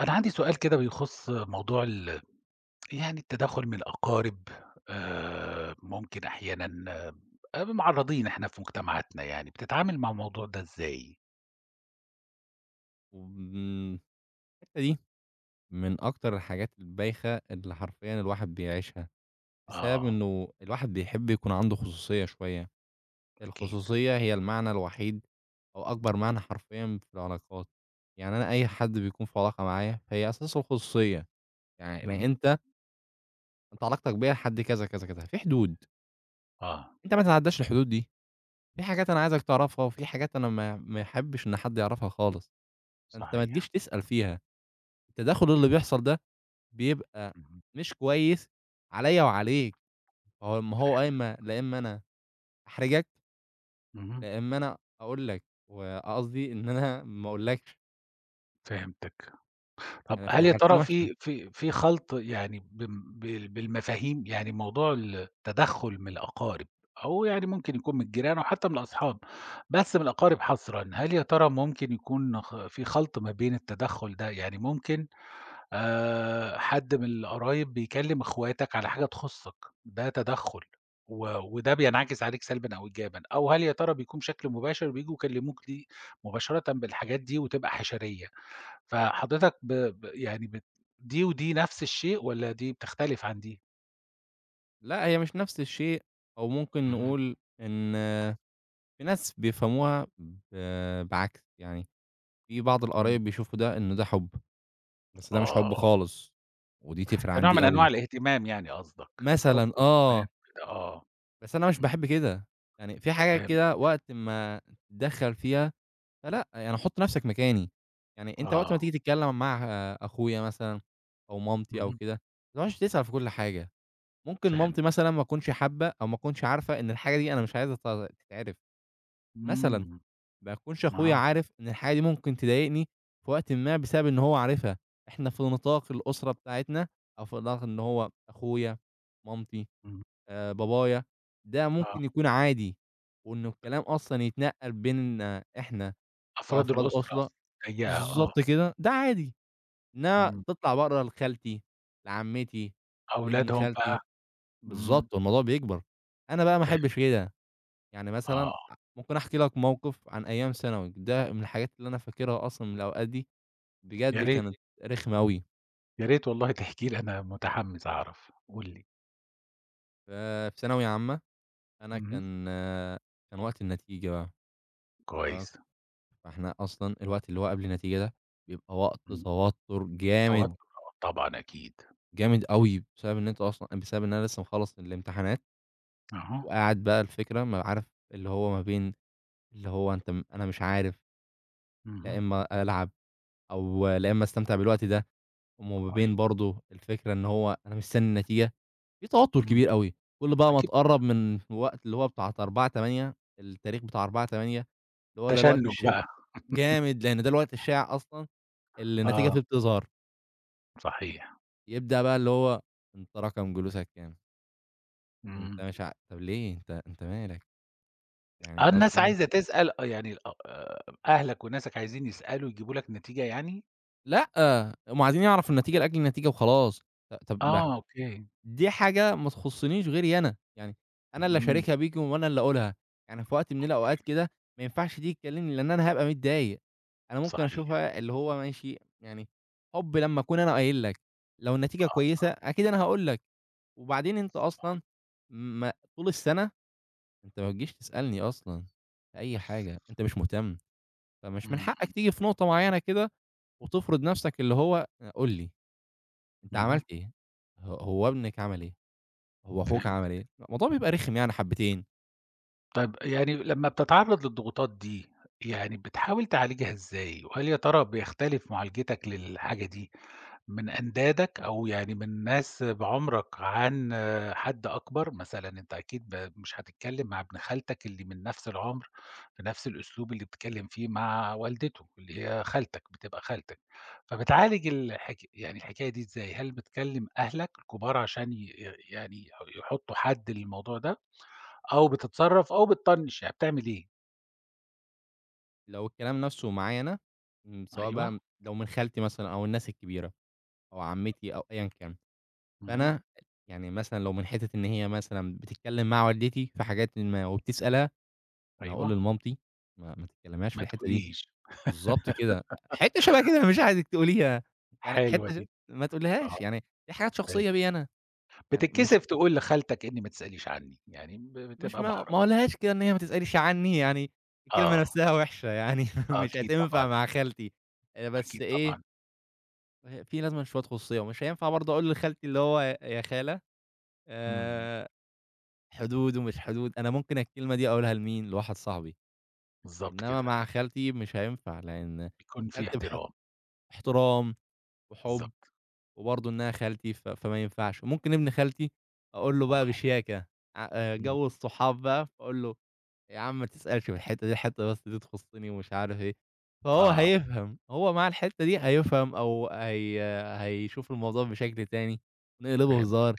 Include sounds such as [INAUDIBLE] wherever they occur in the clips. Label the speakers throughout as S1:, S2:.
S1: أنا عندي سؤال كده بيخُص موضوع ال يعني التدخُّل من الأقارب. ممكن أحيانًا، معرّضين إحنا في مجتمعاتنا، يعني، بتتعامل مع الموضوع ده إزاي؟
S2: وآمم الحتّة دي من أكتر الحاجات البايخة اللي حرفيًا الواحد بيعيشها، بسبب
S1: آه،
S2: إنه الواحد بيحب يكون عنده خصوصية شوية.
S1: أكيد.
S2: الخصوصية هي المعنى الوحيد أو أكبر معنى حرفيًا في العلاقات، يعني أنا أي حد بيكون في علاقة معايا فهي أساسه الخصوصية، يعني
S1: اهم.
S2: أنت علاقتك بيّا لحد كذا، كذا، كذا، في حدود،
S1: آه،
S2: أنت ما تتعداش الحدود دي. في حاجات أنا عايزك تعرفها وفي حاجات أنا ما احبش إن حد يعرفها خالص، فأنت ما
S1: صحيح.
S2: تجيش تسأل فيها. التداخل اللي بيحصل ده بيبقى
S1: اهم.
S2: مش كويس عليَّ وعليك، هو ما هو يا إمّا لا إمّا أنا أحرجك،
S1: اهم،
S2: لا إمّا أنا أقول لك، وقصدي إن أنا ما أقولكش.
S1: فهمتك. طب
S2: أنا في
S1: هل يا
S2: الحالتين
S1: ترى
S2: وحشة.
S1: في خلْط يعني بم بال بالمفاهيم؟ يعني موضوع التدخُّل من الأقارب أو يعني ممكن يكون من الجيران أو حتى من الأصحاب، بس من الأقارب حصرًا، هل يا ترى ممكن يكون في خلْط ما بين التدخُّل ده؟ يعني ممكن حد من القرايب بيكلِّم إخواتك على حاجة تخُصّك، ده تدخُّل و وده بينعكس عليك سلبًا أو إيجابًا، أو هل يا ترى بيكون بشكل مباشر بييجوا يكلِّموك دي مباشرةً بالحاجات دي وتبقى حشرية؟ فحضرتك ب ب يعني بت دي ودي نفس الشيء والّا دي بتختلف عن دي؟
S2: لأ، هي مش نفس الشيء، أو ممكن
S1: اهم،
S2: نقول إن في ناس بيفهموها بعكس، يعني في بعض
S1: إمم،
S2: القرايب بيشوفوا ده إنه ده حُب، بس ده مش
S1: آه،
S2: حُب خالص، ودي تفرق عن
S1: كنوع من
S2: دي
S1: أنواع
S2: أوي.
S1: الاهتمام يعني قصدك، حب
S2: مثلًا
S1: واهتمام
S2: آه،
S1: كده، آه،
S2: بس أنا مش
S1: إمم،
S2: باحب كده، يعني في حاجات
S1: فهمت،
S2: كده وقت ما تتدخّل فيها فلأ، يعني حُط نَفْسك مكاني. يعني أنت وقت
S1: آه،
S2: ما تيجي تتكلّم مع أخويا مثلًا أو مامتي أو
S1: اهم،
S2: كده، ما تقعدش تسأل في كل حاجة. ممكن
S1: فهمت،
S2: مامتي مثلًا ما تكونش حابّة أو ما تكونش عارفة إن الحاجة دي أنا مش عايزها تتعرف مثلًا،
S1: إمم،
S2: ما يكونش أخويا
S1: آه،
S2: عارف إن الحاجة دي ممكن تضايقني في وقتٍ ما بسبب إن هو عارفها. إحنا في نطاق الأسرة بتاعتنا أو في نطاق إن هو أخويا، مامتي،
S1: إمم،
S2: بابايا، ده
S1: آه،
S2: ممكن يكون عادي، وإنه الكلام أصلًا يتنقّل بيننا إحنا
S1: أفراد
S2: كأفراد
S1: الأسرة
S2: أسرة
S1: ضيّقة، آه،
S2: بالضبط كده، ده عادي. إنها
S1: إمم،
S2: تطلع برّه لخالتي، لعمتي، لابن
S1: أولادهم
S2: خالتي
S1: بقى، إمم،
S2: بالضبط، والموضوع بيكبر. أنا بقى ما
S1: فاهم،
S2: أحبش كده. يعني مثلًا
S1: آه،
S2: ممكن أحكي لك موقف عن أيام ثانوي، ده من الحاجات اللي أنا فاكرها أصلًا من الأوقات دي،
S1: يا
S2: بجد
S1: ريت.
S2: كانت رخمة أوي.
S1: يا ريت والله تحكي لي، أنا متحمس أعرف، قُل لي.
S2: ففي ثانوية عامة أنا
S1: اهم،
S2: كان وقت النتيجة بقى. ف
S1: كويس،
S2: فإحنا أصلًا الوقت اللي هو قبل النتيجة ده بيبقى وقت
S1: إمم،
S2: توتر
S1: توتر،
S2: جامد،
S1: آه، طبعًا أكيد.
S2: جامد أوي، بسبب إن أنت أصلًا بسبب إن أنا لسه مخلّص الامتحانات
S1: أها.
S2: وقاعد بقى الفكرة ما عارف اللي هو ما بين اللي هو أنت م أنا مش عارف لا
S1: اهم.
S2: إما ألعب أو لا إما أستمتع بالوقت ده، وما بين
S1: أيوه.
S2: برضه الفكرة إن هو أنا مستني النتيجة، في توتر
S1: إمم.
S2: كبير أوي. كل بقى ما
S1: أكيد
S2: تقرّب
S1: طبعًا.
S2: من الوقت اللي هو بتاعة 4/8، التاريخ بتاع 4/8 اللي هو ده الوقت
S1: تشنُّج
S2: الش
S1: بقى.
S2: جامد، لأن ده الوقت الشائع أصلًا اللي النتيجة
S1: آه،
S2: فيه بتظهر.
S1: صحيح.
S2: يبدأ بقى اللي هو أنت رقم جلوسك كام؟
S1: إمم.
S2: أنت مش ع طب ليه؟ أنت مالك؟ يعني
S1: آه،
S2: لو
S1: الناس عايزة
S2: سمحت.
S1: تسأل، آه، يعني الأ أهلك وناسك عايزين يسألوا يجيبوا لك نتيجة يعني؟
S2: لأ، هم عايزين يعرفوا النتيجة لأجل النتيجة وخلاص. طب ما
S1: آه، أوكي.
S2: دي حاجة ما تخصنيش غيري أنا، يعني أنا اللي
S1: إمم.
S2: أشاركها بيكم وأنا اللي أقولها. يعني في وقت من الأوقات كده ما ينفعش دي تكلمني، لإن أنا هابقى متضايق. أنا ممكن
S1: صحيح.
S2: أشوفها اللي هو ماشي يعني حُب لمّا أكون أنا قايل لك، لو النتيجة
S1: آه، صح،
S2: كويسة أكيد أنا هاقول لك. وبعدين أنت
S1: صح.
S2: أصلًا ما طول السنة أنت ما بتجيش تسألني أصلًا في أي حاجة، أنت مش مهتم. فمش
S1: إمم،
S2: من
S1: إمم.
S2: حقك تيجي في نقطة معيّنة كده وتفرض نَفْسك اللي هو قُل لي أنت
S1: اهم.
S2: عملت إيه؟ هو ابنِك عمل إيه؟ هو أخوك عمل
S1: فهمت.
S2: إيه؟ الموضوع بيبقى رخم يعني حبّتين.
S1: طيب يعني لمّا بتتعرّض للضغوطات دي، يعني بتحاول تعالجها إزاي؟ وهل يا ترى بيختلف معالجتك للحاجة دي من أندادك أو يعني من ناس بعُمرك، عن حد أكبر؟ مثلًا أنت أكيد مش هتتكلّم مع ابن خالتك اللي من نفس العُمر بنفس الأسلوب اللي بتتكلّم فيه مع والدته، اللي هي خالتك، بتبقى خالتك. فبتعالج الحكاية دي إزاي؟ هل بتكلّم أهلك الكبار عشان ي يعني يح يحطّوا حد للموضوع ده، أو بتتصرّف، أو بتطنّش، يعني بتعمل إيه؟
S2: لو الكلام نَفْسه معايا أنا إمم، سواء بقى
S1: أيوه،
S2: لو من خالتي مثلًا أو الناس الكبيرة أو عمّتي أو أيًا كان،
S1: اهم،
S2: فأنا يعني مثلًا لو من حتّة إن هي مثلًا بتتكلّم مع والدتي في حاجاتٍ ما وبتسألها، فأنا هاقول
S1: أيوه،
S2: لمامتي ما تتكلّميهاش في
S1: ما
S2: الحتّة دي.
S1: تقوليش،
S2: بالضبط كده، حتّة شبه كده مش عايزِك تقوليها، يعني
S1: حلوة
S2: حتّة ش
S1: دي،
S2: ما
S1: آه،
S2: تقوليهاش، يعني دي حاجات
S1: فهمت.
S2: شخصية بيّا أنا. يعني مش
S1: بتتكسف تقول لخالتك إني ما تسأليش عني، يعني
S2: مش
S1: بتبقى
S2: ما
S1: محرج.
S2: ما اقولهاش كده إن هي ما تسأليش عنّي، يعني الكلمة
S1: آه،
S2: نفسها وِحشة يعني [LAUGHS] مش
S1: أكيد طبعًا،
S2: هتنفع مع خالتي. بس
S1: أكيد
S2: إيه،
S1: طبعًا.
S2: في لازمًا شوية خصوصية، ومش هينفع برضه أقول لخالتي اللي هو يا خالة
S1: إمم،
S2: آآ حدود ومش حدود. أنا ممكن الكلمة دي أقولها لمين، لواحد صاحبي،
S1: بالضبط
S2: إنّما
S1: كده،
S2: مع خالتي مش هينفع، لإن
S1: بيكون في
S2: خالتي بح
S1: احترام،
S2: احترام وحُب.
S1: بالضبط،
S2: وبرضه إنها خالتي فما ينفعش. وممكن ابن خالتي أقول له
S1: آه،
S2: بقى بشياكة ع
S1: إمم،
S2: جو الصحاب بقى، فأقول له يا عم ما تسألش في الحتّة دي، الحتّة بس دي تخصّني ومش عارف إيه. فهو
S1: آه،
S2: هيفهم، هو مع الحتّة دي هيفهم أو هي هيشوف الموضوع بشكل تاني، نقلبه
S1: فهمت،
S2: هزار.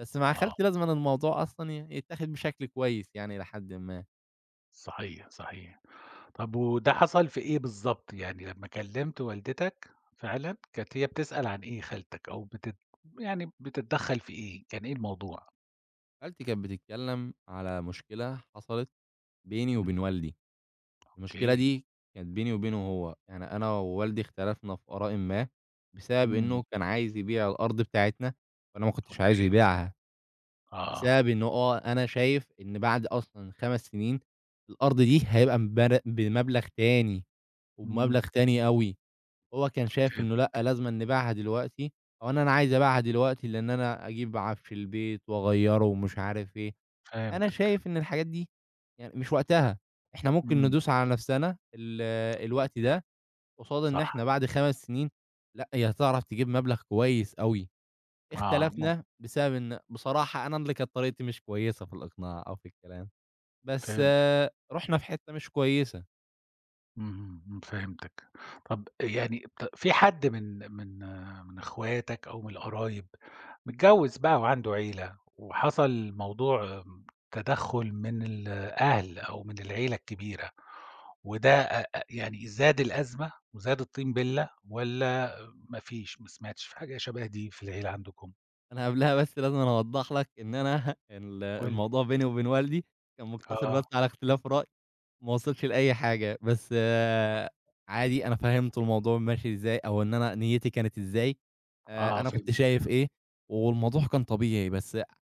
S2: بس مع
S1: آه،
S2: خالتي لازمًا الموضوع أصلًا يتاخد بشكل كويس يعني إلى حدٍ ما.
S1: صحيح، صحيح. طب وده حصل في إيه بالضبط؟ يعني لمّا كلمت والدتك فعلًا، كانت هي بتسأل عن إيه خالتك؟ أو بتت يعني بتتدخل في إيه؟ كان إيه الموضوع؟
S2: خالتي كانت بتتكلّم على مشكلة حصلت بيني
S1: إمم،
S2: وبين والدي. المشكلة
S1: أوكي،
S2: دي كانت بيني وبينه هو، يعني أنا ووالدي اختلفنا في آراءٍ ما، بسبب
S1: إمم،
S2: إنه كان عايز يبيع الأرض بتاعتنا، وأنا ما كنتش عايزه
S1: أوكي،
S2: يبيعها،
S1: آه،
S2: بسبب إنه أنا شايف إن بعد أصلًا 5 سنين الأرض دي هيبقى بمبلغ تاني،
S1: إمم،
S2: وبمبلغ تاني أوي. هو كان شايف إنه
S1: فهمت،
S2: لأ، لازمًا نبيعها دلوقتي، أو إن أنا عايز أبيعها دلوقتي لإن أنا أجيب عفش البيت وأغيّره ومش عارف إيه. أنا
S1: فهمتك،
S2: شايف إن الحاجات دي يعني مش وقتها، إحنا ممكن
S1: إمم،
S2: ندوس على نفسنا الوقت ده قصاد إن
S1: صح.
S2: إحنا بعد 5 سنين، لأ، هي هتعرف تجيب مبلغ كويس أوي.
S1: آه،
S2: اختلفنا بسبب إن بصراحة أنا اللي كانت طريقتي مش كويسة في الإقناع أو في الكلام، بس
S1: فهمتِك،
S2: آه، رُحنا في حتّة مش كويسة.
S1: اهم، إمم، فهمتِك. طَب يعني ط في حد من من إخواتك أو من القرايب متجوّز بقى وعنده عيلة، وحصل موضوع، آه، تدخُّل من الأهل أو من العيلة الكبيرة، وده أ أ يعني زاد الأزمة وزاد الطين بِلّة؟ والّا ما فيش، ما سمعتش في حاجة شبه دي في العيلة عندكم؟
S2: أنا قبلها بس لازمًا أوضّح لك إن أنا [LAUGHS]
S1: قُل لي.
S2: الموضوع بيني وبين والدي كان مقتصر بس
S1: آه،
S2: على اختلاف رأي. ما وصلش لأي حاجة، بس آه، عادي أنا فهّمته الموضوع ماشي إزاي، أو إن أنا نيّتي كانت إزاي،
S1: آه
S2: أنا كنت
S1: فهمتِك،
S2: شايف إيه، والموضوع كان طبيعي، بس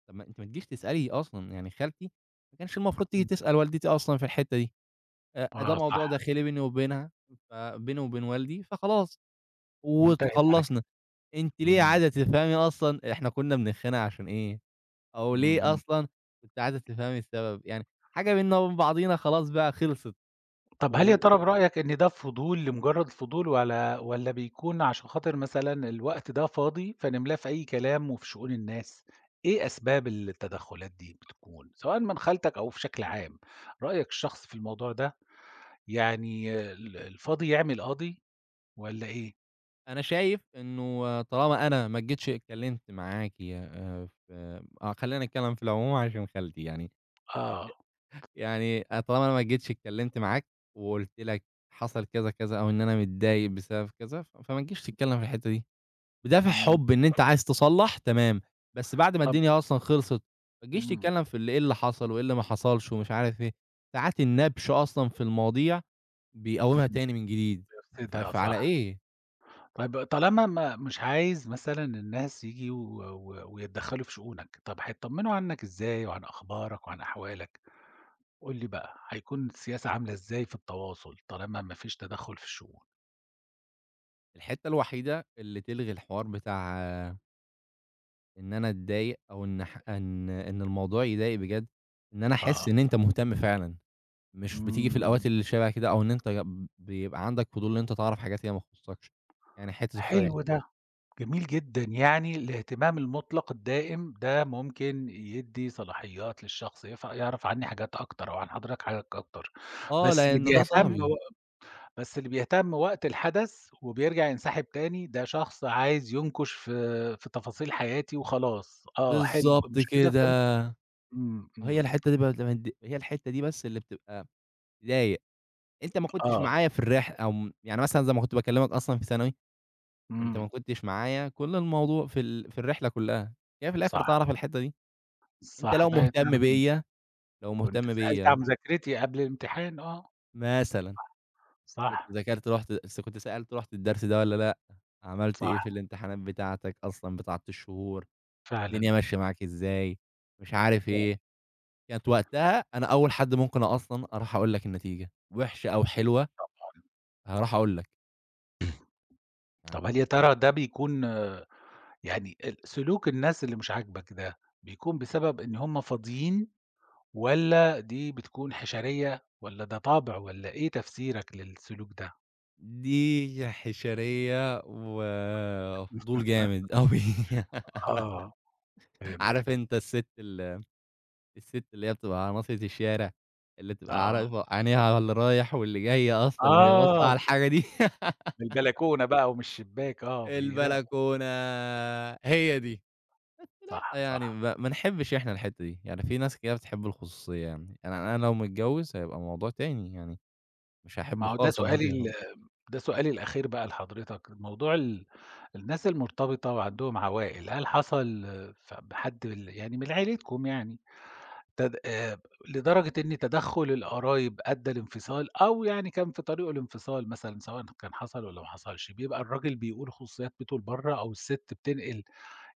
S2: طَب ما أنتِ ما تجيش تسألي أصلًا. يعني خالتي ما كانش المفروض تيجي
S1: إمم،
S2: تسأل والدتي أصلًا في الحتّة دي. ده
S1: آه صح،
S2: موضوع داخلي بيني وبينها، فبيني وبين والدي، فخلاص
S1: انتهت على كده.
S2: واتخلّصنا. أنتِ ليه
S1: إمم،
S2: عايزة تفهمي أصلًا إحنا كنّا بنتخانق عشان إيه، أو
S1: إمم،
S2: ليه
S1: إمم.
S2: أصلًا كنتِ عايزة تفهمي السبب، يعني حاجة بيننا وبين بعضينا خلاص بقى خلصت.
S1: طب هل يا
S2: و
S1: ترى برأيك إن ده فضول لمجرد الفضول، والّا بيكون عشان خاطر مثلًا الوقت ده فاضي فنملاه في أي كلام وفي شؤون الناس؟ إيه أسباب التدخلات دي بتكون، سواء من خالتك أو بشكل عام؟ رأيك الشخصي في الموضوع ده؟ يعني الفاضي يعمل قاضي والّا إيه؟
S2: أنا شايف إنه طالما أنا ما جيتش اتكلمت معاكِ في آه، خلّينا نتكلم في العموم عشان خالتي يعني.
S1: آه،
S2: يعني طالما أنا ما جيتش اتكلمت معاك وقُلت لك حصل كذا، كذا أو إن أنا متضايق بسبب كذا، فما تجيش تتكلم في الحتّة دي، بدافع
S1: إمم،
S2: حُب إن أنت عايز تصلّح تمام. بس بعد ما
S1: طب
S2: الدنيا أصلًا خلصت، ما تجيش
S1: إمم،
S2: تتكلم في اللي إيه اللي حصل وإيه اللي ما حصلش ومش عارف إيه. ساعات النَبْش أصلًا في المواضيع بيقوّمها
S1: إمم،
S2: تاني من جديد.
S1: بيفسدها
S2: فعلى
S1: صح.
S2: إيه؟
S1: طيب طالما ما مش عايز مثلًا الناس ييجوا و و ويتدخلوا في شؤونك، طب هيتطمنوا عنك إزاي، وعن أخبارك وعن أحوالك؟ قُل لي بقى، هيكون السياسة عاملة إزاي في التواصل طالما ما فيش تدخُّل في الشؤون؟
S2: الحتّة الوحيدة اللي تلغي الحوار بتاع إن أنا أتضايق أو إن ح إن إن الموضوع يضايق بجد، إن أنا أحس
S1: آه.
S2: إن أنت مهتم فعلًا. مش بتيجي في
S1: إمم،
S2: الأوقات اللي شبه كده أو إن أنت بيبقى عندك فضول إن أنت تعرف حاجات هي ما تخصكش. يعني حتّة الخ
S1: حلو ده، جميل جدًا. يعني الاهتمام المُطلق الدائم ده ممكن يدّي صلاحيات للشخص يعرف عني حاجات أكتر، أو عن حضرتك حاجات أكتر.
S2: آه،
S1: بس اللي
S2: لإن ده [LAUGHS]
S1: بيهتم
S2: صاحبي.
S1: و بس اللي بيهتم وقت الحدث وبيرجع ينسحب تاني، ده شخص عايز ينكُش في تفاصيل حياتي وخلاص. آه حلو،
S2: بالضبط
S1: مش كده فهمت.
S2: كده.
S1: إمم، إمم،
S2: هي الحتّة دي بس اللي بتبقى تضايق. أنت ما كنتش
S1: آه،
S2: معايا في الرحلة أو يعني مثلًا زي ما كنت باكلّمك أصلًا في ثانوي. أنت
S1: إمم،
S2: ما كنتش معايا، كل الموضوع في في الرحلة كُلّها. هي في الآخر
S1: صح.
S2: تعرف الحتّة دي. أنت
S1: صح،
S2: لو
S1: ده
S2: مهتم
S1: تعرف إن
S2: بيّا، لو
S1: كنت
S2: مهتم
S1: سألت عن
S2: بيّا
S1: مذاكرتي قبل الامتحان، آه،
S2: مثلًا كنت
S1: صح،
S2: ذاكرت رُحت كنت سألت رُحت الدرس ده والّا لأ، عملت
S1: صح
S2: إيه في الامتحانات بتاعتك أصلًا بتاعة الشهور، الدنيا
S1: فعلًا،
S2: ماشية معاك إزاي، مش عارف
S1: فعلًا.
S2: إيه. كانت وقتها أنا أول حد ممكن أصلًا أروح أقول لك النتيجة، وِحشة أو حلوة هاروح أقول لك، يعني
S1: طب هل يا ترى ده بيكون آه، يعني سلوك الناس اللي مش عاجبك ده، بيكون بسبب إن هم فاضيين، والّا دي بتكون حشرية، والّا ده طبع، والّا إيه تفسيرك للسلوك ده؟
S2: دي حشرية وفضول جامد أوي [LAUGHS]
S1: آه،
S2: عارف
S1: فهمتك،
S2: أنت السِت ال الست اللي هي بتبقى على ناصية الشارع، اللي تبقى
S1: آه،
S2: عارفة عينيها على اللي رايح واللي جاي أصلًا وهي باصة على
S1: آه،
S2: الحاجة دي. [LAUGHS]
S1: من البلكونة بقى ومن الشباك آه، بيراقبوا،
S2: البلكونة، هي دي.
S1: صح،
S2: يعني
S1: صح.
S2: ما نحبّش إحنا الحتّة دي. يعني في ناس كده بتحب الخصوصية يعني، أنا لو متجوّز هيبقى موضوع تاني، يعني مش
S1: ما
S2: هاحب
S1: هو ده
S2: خالص إن حد يعرف.
S1: سؤالي، ده سؤالي الأخير بقى لحضرتك. موضوع الناس المرتبطة وعندهم عوائل، هل حصل آه، ف بحد ال يعني من عيلتكم يعني تد لدرجة إن تدخُّل القرايب أدّى لانفصال، أو يعني كان في طريقه الانفصال مثلًا، سواء كان حصل والّا ما حصلش، بيبقى الراجل بيقول خصوصيات بيته لبرّه، أو الست بتنقل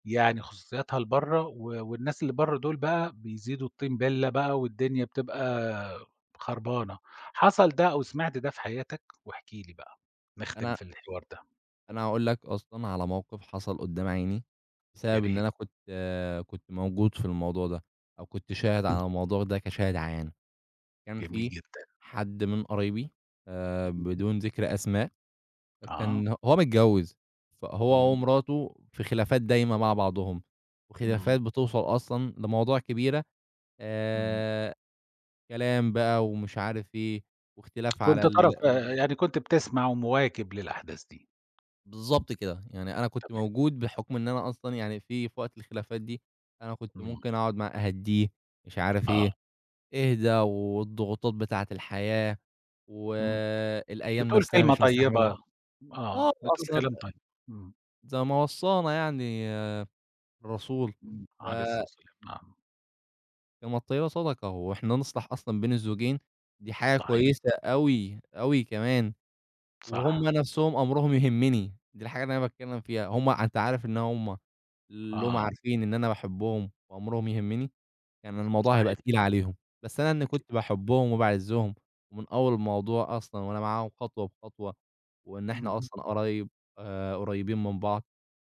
S1: يعني خصوصياتها لبرّه، والناس اللي برّه دول بقى بيزيدوا الطين بِلّة بقى، والدنيا بتبقى خربانة. حصل ده أو سمعت ده في حياتك؟ واحكِ لي بقى، نختم
S2: أنا
S1: في الحوار ده،
S2: أنا هاقول لك أصلًا على موقف حصل قدّام عيني،
S1: يا
S2: بسبب إن
S1: ريت.
S2: أنا كنت موجود في الموضوع ده، أو كنت شاهد على الموضوع ده كشاهد عيان. كان
S1: جميل
S2: في
S1: جدًا.
S2: حد من قرايبي
S1: اهم.
S2: بدون ذكر أسماء.
S1: آه.
S2: كان هو متجوّز، فهو
S1: إمم.
S2: ومراته في خلافات دايمة مع بعضهم،
S1: إمم.
S2: وخلافات بتوصل أصلًا لمواضيع كبيرة
S1: إمم.
S2: آآ كلام بقى ومش عارف إيه، واختلاف على
S1: كنت طرف يعني كنت بتسمع ومواكب للأحداث دي.
S2: بالضبط كده، يعني أنا كنت
S1: تمام.
S2: موجود بحكم إن أنا أصلًا يعني في وقت الخلافات دي. أنا كنت
S1: إمم.
S2: ممكن أقعد مع أهدّيه، مش عارف
S1: آه.
S2: إيه، اهدى والضغوطات بتاعة الحياة
S1: إمم.
S2: والأيام
S1: بتقول
S2: نفسها
S1: كلمة
S2: مش [LAUGHS] مستحملها.
S1: طيبة. آه.
S2: آه،
S1: بتقول
S2: أصل
S1: كلام طيب. إمم.
S2: زي ما وصّانا يعني الرسول،
S1: إمم. عليه الصلاة
S2: فكما
S1: والسلام. نعم.
S2: الطيبة صدقة، وإحنا نصلح أصلًا بين الزوجين دي حاجة
S1: صحيح.
S2: كويسة أوي، أوي كمان. وهُم
S1: صح.
S2: نَفْسهم أمرهم يهمّني، دي الحاجة اللي أنا باتكلّم فيها، هُم أنت عارف إن هُم
S1: آه.
S2: عارفين إن أنا باحبهم وأمرهم يهمّني. يعني الموضوع هيبقى
S1: صحيح،
S2: تقيل عليهم، بس أنا إنّي
S1: أكيد
S2: كنت
S1: طبعًا.
S2: باحبهم وباعزّهم ومن أول الموضوع أصلًا وأنا معاهم خطوة بخطوة، وإن إحنا
S1: اهم.
S2: أصلًا قرايب قريّبين من بعض،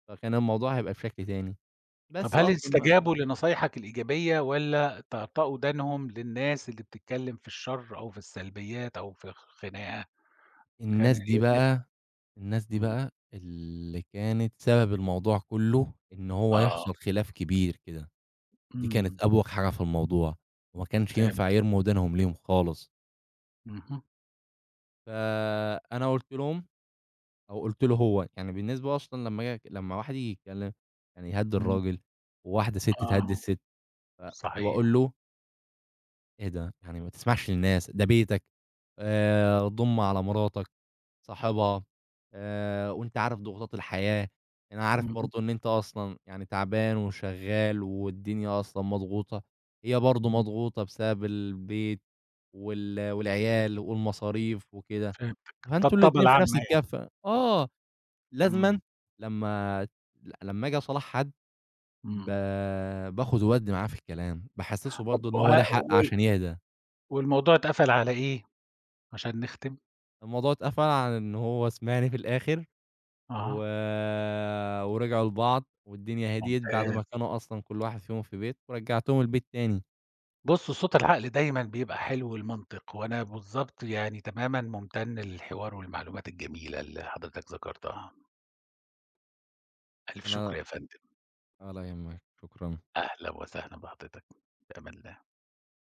S2: فكان الموضوع هيبقى بشكل تاني.
S1: طب
S2: بس
S1: هل
S2: أصلًا بقى
S1: استجابوا لنصايحك الإيجابية، والّا طأطأوا ودانهم للناس اللي بتتكلم في الشر أو في السلبيات أو في الخناقة؟ كان
S2: الناس دي
S1: إيه النتي.
S2: بقى الناس دي
S1: إمم.
S2: بقى اللي كانت سبب الموضوع كُلّه، إن هو
S1: آه.
S2: يحصل خلاف كبير كده. دي كانت
S1: إمم.
S2: أبوخ حاجة في الموضوع، وما كانش ينفع
S1: فهمت.
S2: يرموا ودانهم ليهم خالص.
S1: اهم.
S2: فأنا قُلت لهم أو قُلت له هو، يعني بالنسبة أصلًا لمّا آجي لمّا واحد ييجي يتكلم يعني يهدّي
S1: إمم.
S2: الراجل، وواحدة ست تهدّي
S1: آه،
S2: الست، فكنت
S1: صحيح.
S2: باقول له: "إيه ده! يعني ما تسمعش للناس، ده بيتك، ضُم على مراتك." صاحبها، وأنت عارف ضغوطات الحياة، أنا عارف
S1: اهم.
S2: برضه إن أنت أصلًا يعني تعبان وشغّال والدنيا أصلًا مضغوطة، هي برضه
S1: إمم.
S2: مضغوطة بسبب البيت والعيال والمصاريف وكده.
S1: فهمتك.
S2: فأنتم
S1: الطبطبة
S2: الاتنين في نفس
S1: العامة يعني.
S2: الكفّة آه،
S1: إمم.
S2: لازمًا لمّا لمّا آجي أصالح حد ب
S1: إمم.
S2: باخد وأدّي معاه في الكلام، باحسّسه
S1: طب
S2: برضه
S1: آه.
S2: إن هو ليه
S1: وه
S2: حق
S1: وال
S2: عشان يهدى.
S1: والموضوع اتقفل على إيه عشان نختم؟
S2: الموضوع اتقفل على إن هو سمعني في الآخر و
S1: أها.
S2: ورجعوا لبعض والدنيا هديت بعد
S1: ممتاز.
S2: ما كانوا أصلًا كل واحد فيهم في بيت، ورجّعتهم البيت تاني.
S1: بُص، صوت العقل دايمًا بيبقى حلو المنطق، وأنا بالضبط يعني تمامًا ممتن للحوار والمعلومات الجميلة اللي حضرتك ذكرتها. ألف شكر
S2: أنا
S1: يا فندم.
S2: ولا يهمك، شكرًا.
S1: أهلًا وسهلًا بحضرتك. في أمان الله.